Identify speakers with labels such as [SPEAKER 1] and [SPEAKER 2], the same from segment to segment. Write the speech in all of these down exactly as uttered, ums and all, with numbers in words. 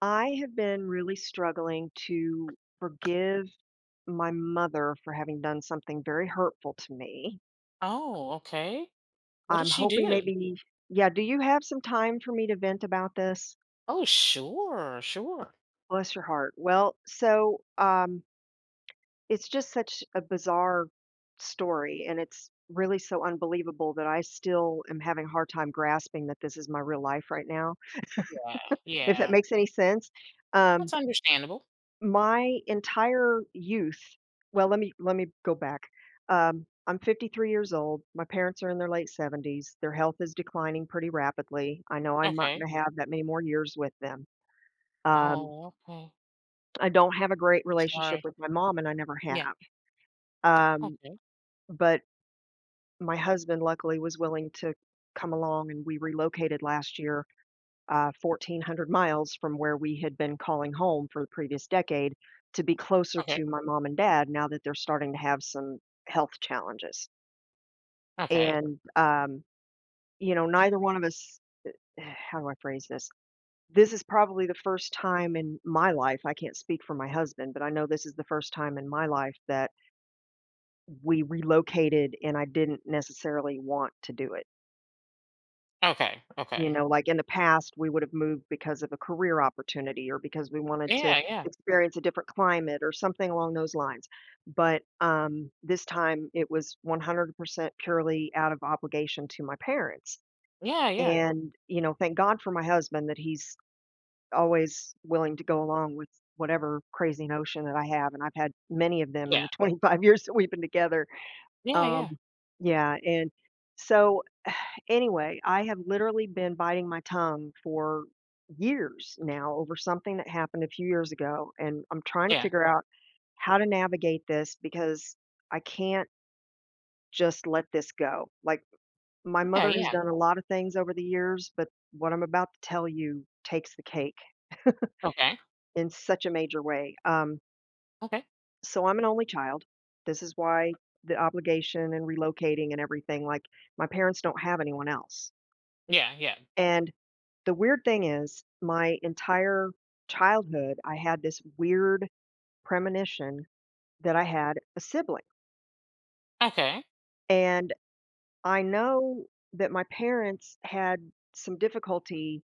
[SPEAKER 1] I have been really struggling to forgive my mother for having done something very hurtful to me.
[SPEAKER 2] Oh, okay. What did
[SPEAKER 1] I'm
[SPEAKER 2] she
[SPEAKER 1] hoping
[SPEAKER 2] do?
[SPEAKER 1] maybe, yeah, do you have some time for me to vent about this?
[SPEAKER 2] Oh, sure, sure.
[SPEAKER 1] Bless your heart. Well, so um, it's just such a bizarre story, and it's really so unbelievable that I still am having a hard time grasping that this is my real life right now,
[SPEAKER 2] Yeah,
[SPEAKER 1] if that
[SPEAKER 2] yeah.
[SPEAKER 1] makes any sense. Um,
[SPEAKER 2] That's understandable.
[SPEAKER 1] My entire youth well, let me let me go back. Um, I'm fifty-three years old. My parents are in their late seventies. Their health is declining pretty rapidly. I know I'm not
[SPEAKER 2] Okay.
[SPEAKER 1] gonna have that many more years with them. Um,
[SPEAKER 2] Oh, okay.
[SPEAKER 1] I don't have a great
[SPEAKER 2] I'm
[SPEAKER 1] relationship
[SPEAKER 2] sorry.
[SPEAKER 1] with my mom, and I never
[SPEAKER 2] Yeah.
[SPEAKER 1] have. Um,
[SPEAKER 2] Okay.
[SPEAKER 1] but my husband, luckily, was willing to come along, and we relocated last year uh, fourteen hundred miles from where we had been calling home for the previous decade to be closer
[SPEAKER 2] Okay.
[SPEAKER 1] to my mom and dad now that they're starting to have some health challenges.
[SPEAKER 2] Okay.
[SPEAKER 1] And, um, you know, neither one of us, how do I phrase this? This is probably the first time in my life, I can't speak for my husband, but I know this is the first time in my life that we relocated and I didn't necessarily want to do it.
[SPEAKER 2] Okay.
[SPEAKER 1] You
[SPEAKER 2] Okay.
[SPEAKER 1] know, like, in the past, we would have moved because of a career opportunity or because we wanted to
[SPEAKER 2] Yeah, yeah.
[SPEAKER 1] experience a different climate or something along those lines. But, um, this time, it was one hundred percent purely out of obligation to my parents.
[SPEAKER 2] Yeah, yeah.
[SPEAKER 1] And, you know, thank God for my husband that he's always willing to go along with whatever crazy notion that I have, and I've had many of them in
[SPEAKER 2] Yeah.
[SPEAKER 1] the twenty-five years that we've been together.
[SPEAKER 2] Yeah, yeah.
[SPEAKER 1] Um, yeah, and so anyway, I have literally been biting my tongue for years now over something that happened a few years ago, and I'm trying to
[SPEAKER 2] Yeah.
[SPEAKER 1] figure out how to navigate this because I can't just let this go. Like, my
[SPEAKER 2] Yeah,
[SPEAKER 1] mother has
[SPEAKER 2] yeah.
[SPEAKER 1] done a lot of things over the years, but what I'm about to tell you takes the cake
[SPEAKER 2] Okay.
[SPEAKER 1] in such a major way. Um,
[SPEAKER 2] Okay.
[SPEAKER 1] so, I'm an only child. This is why the obligation and relocating and everything, like, my parents don't have anyone else.
[SPEAKER 2] Yeah, yeah.
[SPEAKER 1] And the weird thing is, my entire childhood, I had this weird premonition that I had a sibling.
[SPEAKER 2] Okay.
[SPEAKER 1] And I know that my parents had some difficulty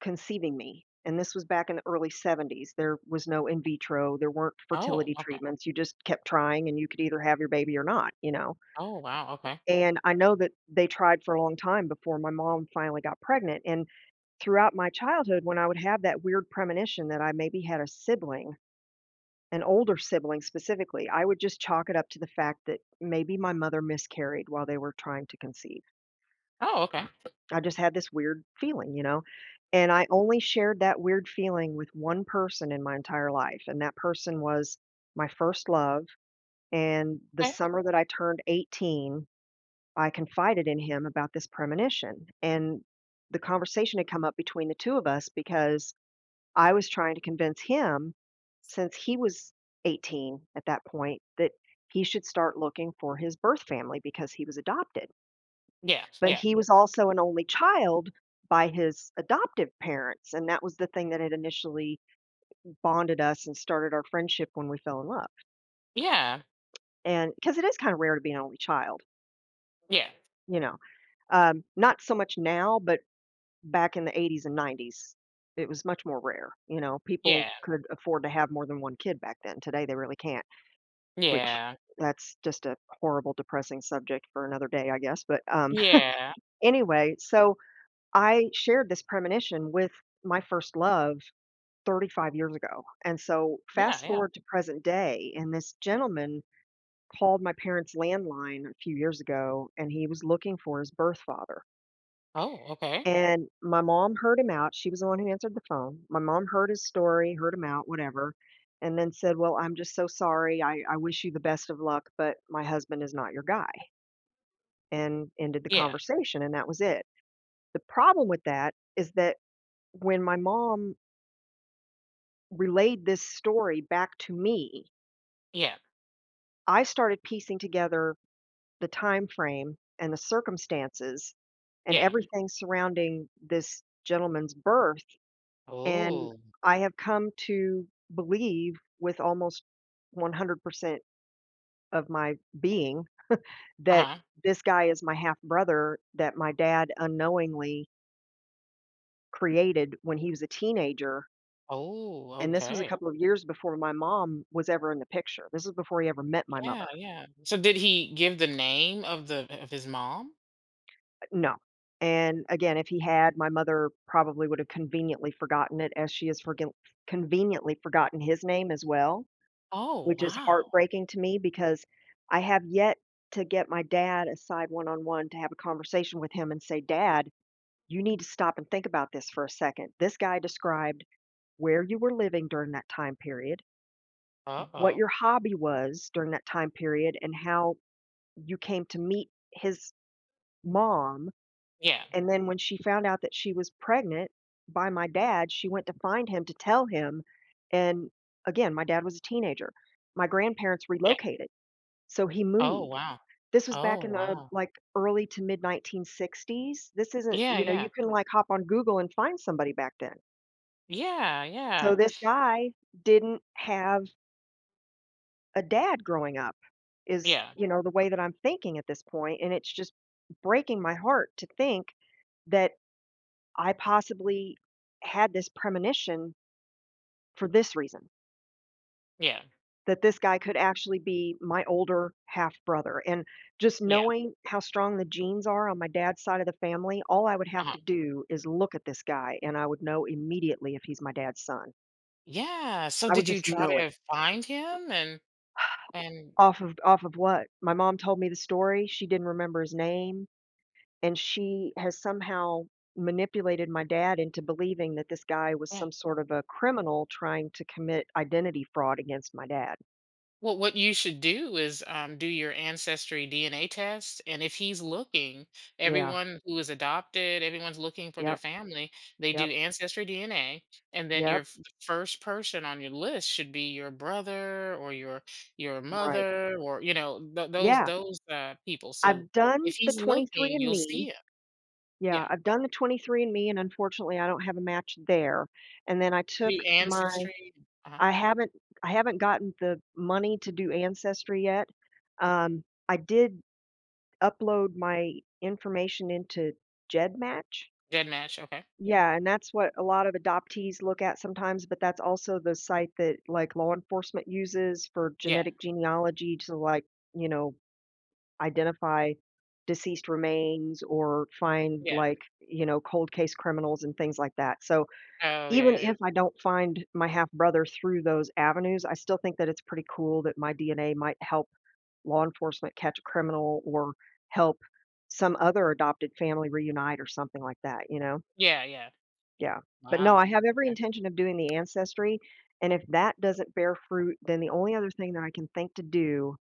[SPEAKER 1] conceiving me. And this was back in the early seventies. There was no in vitro, there weren't
[SPEAKER 2] Oh,
[SPEAKER 1] fertility
[SPEAKER 2] okay.
[SPEAKER 1] treatments. You just kept trying and you could either have your baby or not, you know.
[SPEAKER 2] Oh, wow. Okay.
[SPEAKER 1] And I know that they tried for a long time before my mom finally got pregnant. And throughout my childhood, when I would have that weird premonition that I maybe had a sibling, an older sibling specifically, I would just chalk it up to the fact that maybe my mother miscarried while they were trying to conceive.
[SPEAKER 2] Oh, okay.
[SPEAKER 1] I just had this weird feeling, you know? And I only shared that weird feeling with one person in my entire life. And that person was my first love. And the
[SPEAKER 2] Okay.
[SPEAKER 1] summer that I turned eighteen, I confided in him about this premonition. And the conversation had come up between the two of us because I was trying to convince him, since he was eighteen at that point, that he should start looking for his birth family because he was adopted.
[SPEAKER 2] Yeah,
[SPEAKER 1] But oh,
[SPEAKER 2] yeah.
[SPEAKER 1] he was also an only child by his adoptive parents, and that was the thing that had initially bonded us and started our friendship when we fell in love.
[SPEAKER 2] Yeah.
[SPEAKER 1] And because it is kind of rare to be an only child,
[SPEAKER 2] Yeah.
[SPEAKER 1] you know, um, not so much now, but back in the eighties and nineties, it was much more rare. You know, people
[SPEAKER 2] Yeah.
[SPEAKER 1] could afford to have more than one kid back then. Today, they really can't. Which
[SPEAKER 2] Yeah.
[SPEAKER 1] that's just a horrible depressing subject for another day, I guess, but, um,
[SPEAKER 2] Yeah.
[SPEAKER 1] anyway, so I shared this premonition with my first love thirty-five years ago, and so
[SPEAKER 2] Yeah,
[SPEAKER 1] fast
[SPEAKER 2] yeah.
[SPEAKER 1] forward to present day, and this gentleman called my parents' landline a few years ago, and he was looking for his birth father,
[SPEAKER 2] Oh, okay.
[SPEAKER 1] and my mom heard him out, she was the one who answered the phone. My mom heard his story, heard him out, whatever, and then said, "Well, I'm just so sorry. I I wish you the best of luck, but my husband is not your guy." And ended the
[SPEAKER 2] Yeah.
[SPEAKER 1] conversation, and that was it. The problem with that is that when my mom relayed this story back to me,
[SPEAKER 2] Yeah,
[SPEAKER 1] I started piecing together the time frame and the circumstances and
[SPEAKER 2] yeah.
[SPEAKER 1] everything surrounding this gentleman's birth, and
[SPEAKER 2] Oh,
[SPEAKER 1] I have come to believe with almost one hundred percent of my being that
[SPEAKER 2] uh-huh.
[SPEAKER 1] this guy is my half brother that my dad unknowingly created when he was a teenager.
[SPEAKER 2] Oh,
[SPEAKER 1] And this was a
[SPEAKER 2] okay.
[SPEAKER 1] couple of years before my mom was ever in the picture. This is before he ever met my mother.
[SPEAKER 2] Yeah, yeah. So did he give the name of the of his mom?
[SPEAKER 1] Uh, no. And again, if he had, my mother probably would have conveniently forgotten it as she has forg conveniently forgotten his name as well,
[SPEAKER 2] Oh,
[SPEAKER 1] which is
[SPEAKER 2] wow.
[SPEAKER 1] heartbreaking to me because I have yet to get my dad aside one-on-one to have a conversation with him and say, "Dad, you need to stop and think about this for a second. This guy described where you were living during that time period, what
[SPEAKER 2] Uh-oh.
[SPEAKER 1] your hobby was during that time period, and how you came to meet his mom,
[SPEAKER 2] Yeah.
[SPEAKER 1] and then when she found out that she was pregnant by my dad, she went to find him to tell him, and again, my dad was a teenager. My grandparents
[SPEAKER 2] Yeah.
[SPEAKER 1] relocated, so he
[SPEAKER 2] Oh,
[SPEAKER 1] moved.
[SPEAKER 2] wow.
[SPEAKER 1] This was back
[SPEAKER 2] Oh,
[SPEAKER 1] in the,
[SPEAKER 2] wow.
[SPEAKER 1] like, early to mid-nineteen sixties. This isn't
[SPEAKER 2] Yeah,
[SPEAKER 1] you know,
[SPEAKER 2] yeah.
[SPEAKER 1] you can like, hop on Google and find somebody back then.
[SPEAKER 2] Yeah,
[SPEAKER 1] So
[SPEAKER 2] yeah.
[SPEAKER 1] this guy didn't have a dad growing up is,
[SPEAKER 2] Yeah.
[SPEAKER 1] you know, the way that I'm thinking at this point, and it's just breaking my heart to think that I possibly had this premonition for this reason,
[SPEAKER 2] Yeah.
[SPEAKER 1] that this guy could actually be my older half brother. And just
[SPEAKER 2] Yeah.
[SPEAKER 1] knowing how strong the genes are on my dad's side of the family, all I would have
[SPEAKER 2] Uh-huh.
[SPEAKER 1] to do is look at this guy and I would know immediately if he's my dad's son.
[SPEAKER 2] Yeah. So
[SPEAKER 1] I would
[SPEAKER 2] did you
[SPEAKER 1] just
[SPEAKER 2] try
[SPEAKER 1] know it.
[SPEAKER 2] to find him and and
[SPEAKER 1] Off of off of what? My mom told me the story. She didn't remember his name. And she has somehow manipulated my dad into believing that this guy was
[SPEAKER 2] yeah.
[SPEAKER 1] some sort of a criminal trying to commit identity fraud against my dad.
[SPEAKER 2] Well, what you should do is um, do your ancestry D N A test. And if he's looking,
[SPEAKER 1] Yeah.
[SPEAKER 2] everyone who is adopted, everyone's looking for their
[SPEAKER 1] Yep.
[SPEAKER 2] family, they
[SPEAKER 1] Yep.
[SPEAKER 2] do ancestry D N A. And then your
[SPEAKER 1] Yep.
[SPEAKER 2] f- the first person on your list should be your brother or your your
[SPEAKER 1] Right.
[SPEAKER 2] mother, or, you know, th- those
[SPEAKER 1] Yeah.
[SPEAKER 2] those uh, people. So
[SPEAKER 1] I've done
[SPEAKER 2] if
[SPEAKER 1] the
[SPEAKER 2] he's looking, you'll see
[SPEAKER 1] twenty-three and me.
[SPEAKER 2] him.
[SPEAKER 1] Yeah,
[SPEAKER 2] Yeah.
[SPEAKER 1] I've done the twenty-three and me, and me, and unfortunately, I don't have a match there. And then I
[SPEAKER 2] Do
[SPEAKER 1] took my
[SPEAKER 2] ancestry. Uh-huh.
[SPEAKER 1] I haven't I haven't gotten the money to do Ancestry yet. Um, I did upload my information into GEDmatch.
[SPEAKER 2] Dead match. Okay.
[SPEAKER 1] Yeah, and that's what a lot of adoptees look at sometimes, but that's also the site that like law enforcement uses for
[SPEAKER 2] Yeah.
[SPEAKER 1] genetic genealogy to like, you know, identify deceased remains or find
[SPEAKER 2] Yeah.
[SPEAKER 1] like, you know, cold case criminals and things like that. So
[SPEAKER 2] Oh, yeah.
[SPEAKER 1] even
[SPEAKER 2] Yeah. Yeah.
[SPEAKER 1] if I don't find my half brother through those avenues, I still think that it's pretty cool that my D N A might help law enforcement catch a criminal or help some other adopted family reunite or something like that, you know?
[SPEAKER 2] Yeah. Yeah.
[SPEAKER 1] Yeah, but no,
[SPEAKER 2] Wow.
[SPEAKER 1] I have every
[SPEAKER 2] Okay.
[SPEAKER 1] intention of doing the ancestry, and if that doesn't bear fruit, then the only other thing that I can think to do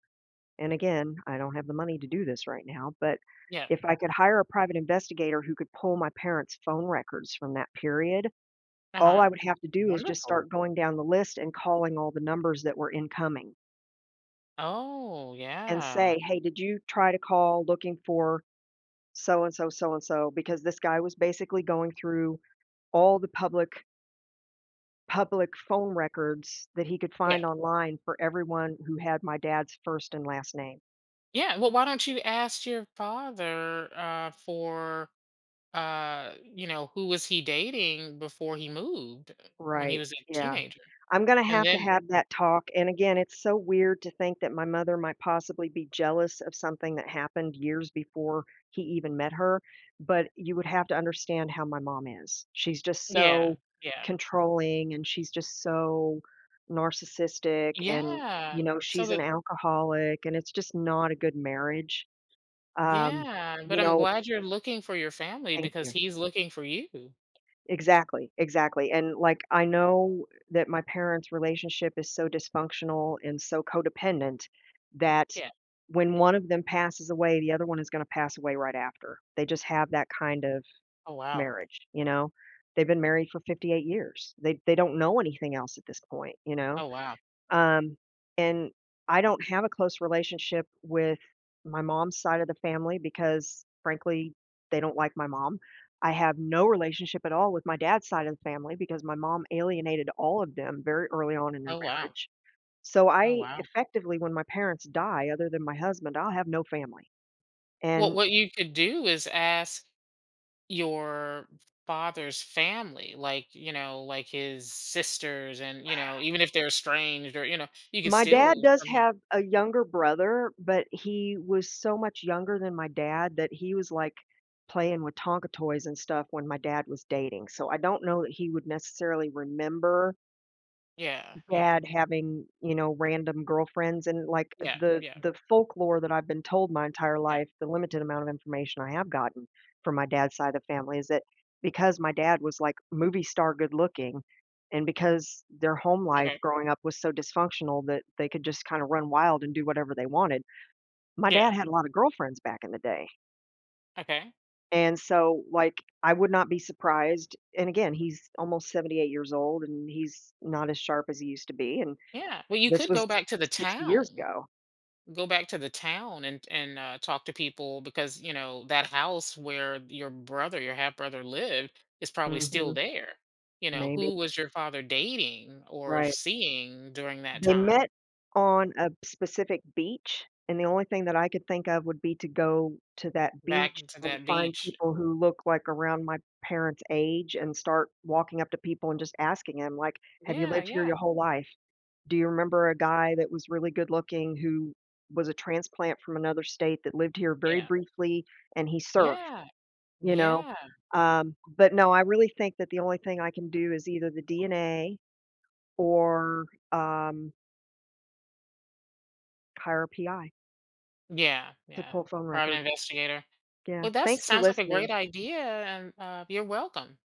[SPEAKER 1] and again, I don't have the money to do this right now, but
[SPEAKER 2] Yeah.
[SPEAKER 1] if I could hire a private investigator who could pull my parents' phone records from that period, all I
[SPEAKER 2] Uh-huh.
[SPEAKER 1] would have to do is just start
[SPEAKER 2] Wonderful.
[SPEAKER 1] going down the list and calling all the numbers that were incoming
[SPEAKER 2] Oh,
[SPEAKER 1] and
[SPEAKER 2] yeah.
[SPEAKER 1] say, "Hey, did you try to call looking for so and so, so and so?" Because this guy was basically going through all the public public phone records that he could
[SPEAKER 2] Yeah.
[SPEAKER 1] find online for everyone who had my dad's first and last name.
[SPEAKER 2] Yeah, well, why don't you ask your father, uh, for, uh, you know, who was he dating before he moved, when he
[SPEAKER 1] Right,
[SPEAKER 2] was a
[SPEAKER 1] yeah.
[SPEAKER 2] teenager?
[SPEAKER 1] I'm gonna
[SPEAKER 2] And
[SPEAKER 1] have to
[SPEAKER 2] then
[SPEAKER 1] have that talk, and again, it's so weird to think that my mother might possibly be jealous of something that happened years before he even met her, but you would have to understand how my mom is. She's just
[SPEAKER 2] yeah,
[SPEAKER 1] so
[SPEAKER 2] yeah.
[SPEAKER 1] controlling, and she's just so narcissistic, and,
[SPEAKER 2] Yeah,
[SPEAKER 1] you know,
[SPEAKER 2] so
[SPEAKER 1] she's an
[SPEAKER 2] that
[SPEAKER 1] alcoholic, and it's just not a good marriage. Um,
[SPEAKER 2] yeah,
[SPEAKER 1] you
[SPEAKER 2] but I'm
[SPEAKER 1] know
[SPEAKER 2] glad you're looking for your family
[SPEAKER 1] thank
[SPEAKER 2] because
[SPEAKER 1] you.
[SPEAKER 2] he's looking for you.
[SPEAKER 1] Exactly, exactly, and, like, I know that my parents' relationship is so dysfunctional and so codependent that
[SPEAKER 2] Yeah.
[SPEAKER 1] when one of them passes away, the other one is gonna pass away right after. They just have that kind of
[SPEAKER 2] Oh, wow.
[SPEAKER 1] marriage, you know? They've been married for fifty-eight years. They they don't know anything else at this point, you know?
[SPEAKER 2] Oh, wow.
[SPEAKER 1] Um, and I don't have a close relationship with my mom's side of the family because, frankly, they don't like my mom. I have no relationship at all with my dad's side of the family because my mom alienated all of them very early on in their
[SPEAKER 2] Oh, wow.
[SPEAKER 1] marriage. So
[SPEAKER 2] Oh,
[SPEAKER 1] I
[SPEAKER 2] wow.
[SPEAKER 1] effectively, when my parents die, other than my husband, I'll have no family.
[SPEAKER 2] Well,
[SPEAKER 1] And
[SPEAKER 2] what you could do is ask your father's family, like, you know like his sisters, and you know even if they're estranged, or you know you could
[SPEAKER 1] my dad
[SPEAKER 2] still
[SPEAKER 1] does
[SPEAKER 2] somehow.
[SPEAKER 1] have a younger brother, but he was so much younger than my dad that he was, like, playing with Tonka toys and stuff when my dad was dating, so I don't know that he would necessarily remember
[SPEAKER 2] Yeah, yeah,
[SPEAKER 1] dad having, you know, random girlfriends and, like,
[SPEAKER 2] yeah,
[SPEAKER 1] the
[SPEAKER 2] yeah,
[SPEAKER 1] the folklore that I've been told my entire
[SPEAKER 2] yeah,
[SPEAKER 1] life, the limited amount of information I have gotten from my dad's side of the family is that because my dad was, like, movie star good looking and because their home life
[SPEAKER 2] okay,
[SPEAKER 1] growing up was so dysfunctional that they could just kinda run wild and do whatever they wanted, my dad
[SPEAKER 2] yeah,
[SPEAKER 1] had a lot of girlfriends back in the day,
[SPEAKER 2] okay,
[SPEAKER 1] and so, like, I would not be surprised and again, he's almost seventy-eight years old, and he's not as sharp as he used to be, and
[SPEAKER 2] yeah, well, you
[SPEAKER 1] this
[SPEAKER 2] could
[SPEAKER 1] was
[SPEAKER 2] go back to the
[SPEAKER 1] sixty years
[SPEAKER 2] town
[SPEAKER 1] ago.
[SPEAKER 2] go back to the town, and and uh, talk to people, because you know that house where your brother your half brother lived is probably still
[SPEAKER 1] Mhm,
[SPEAKER 2] there. You know,
[SPEAKER 1] maybe.
[SPEAKER 2] who was your father dating or
[SPEAKER 1] Right.
[SPEAKER 2] seeing during that
[SPEAKER 1] They
[SPEAKER 2] time?
[SPEAKER 1] met on a specific beach, and the only thing that I could think of would be to go to that
[SPEAKER 2] Back
[SPEAKER 1] beach
[SPEAKER 2] to
[SPEAKER 1] and
[SPEAKER 2] that
[SPEAKER 1] find
[SPEAKER 2] beach.
[SPEAKER 1] people who look like around my parents' age and start walking up to people and just asking them, like, "Have you
[SPEAKER 2] Yeah,
[SPEAKER 1] lived here your
[SPEAKER 2] yeah,
[SPEAKER 1] whole life? Do you remember a guy that was really good looking who was a transplant from another state that lived here very
[SPEAKER 2] yeah,
[SPEAKER 1] briefly and he surfed?
[SPEAKER 2] yeah,
[SPEAKER 1] You know?"
[SPEAKER 2] yeah,
[SPEAKER 1] Um, but no, I really think that the only thing I can do is either the D N A or, um, hire a P I
[SPEAKER 2] yeah,
[SPEAKER 1] to
[SPEAKER 2] yeah.
[SPEAKER 1] pull phone
[SPEAKER 2] Private
[SPEAKER 1] records.
[SPEAKER 2] investigator.
[SPEAKER 1] Yeah.
[SPEAKER 2] Well, that
[SPEAKER 1] Thanks for
[SPEAKER 2] sounds like a great
[SPEAKER 1] listening.
[SPEAKER 2] idea, and uh, you're welcome.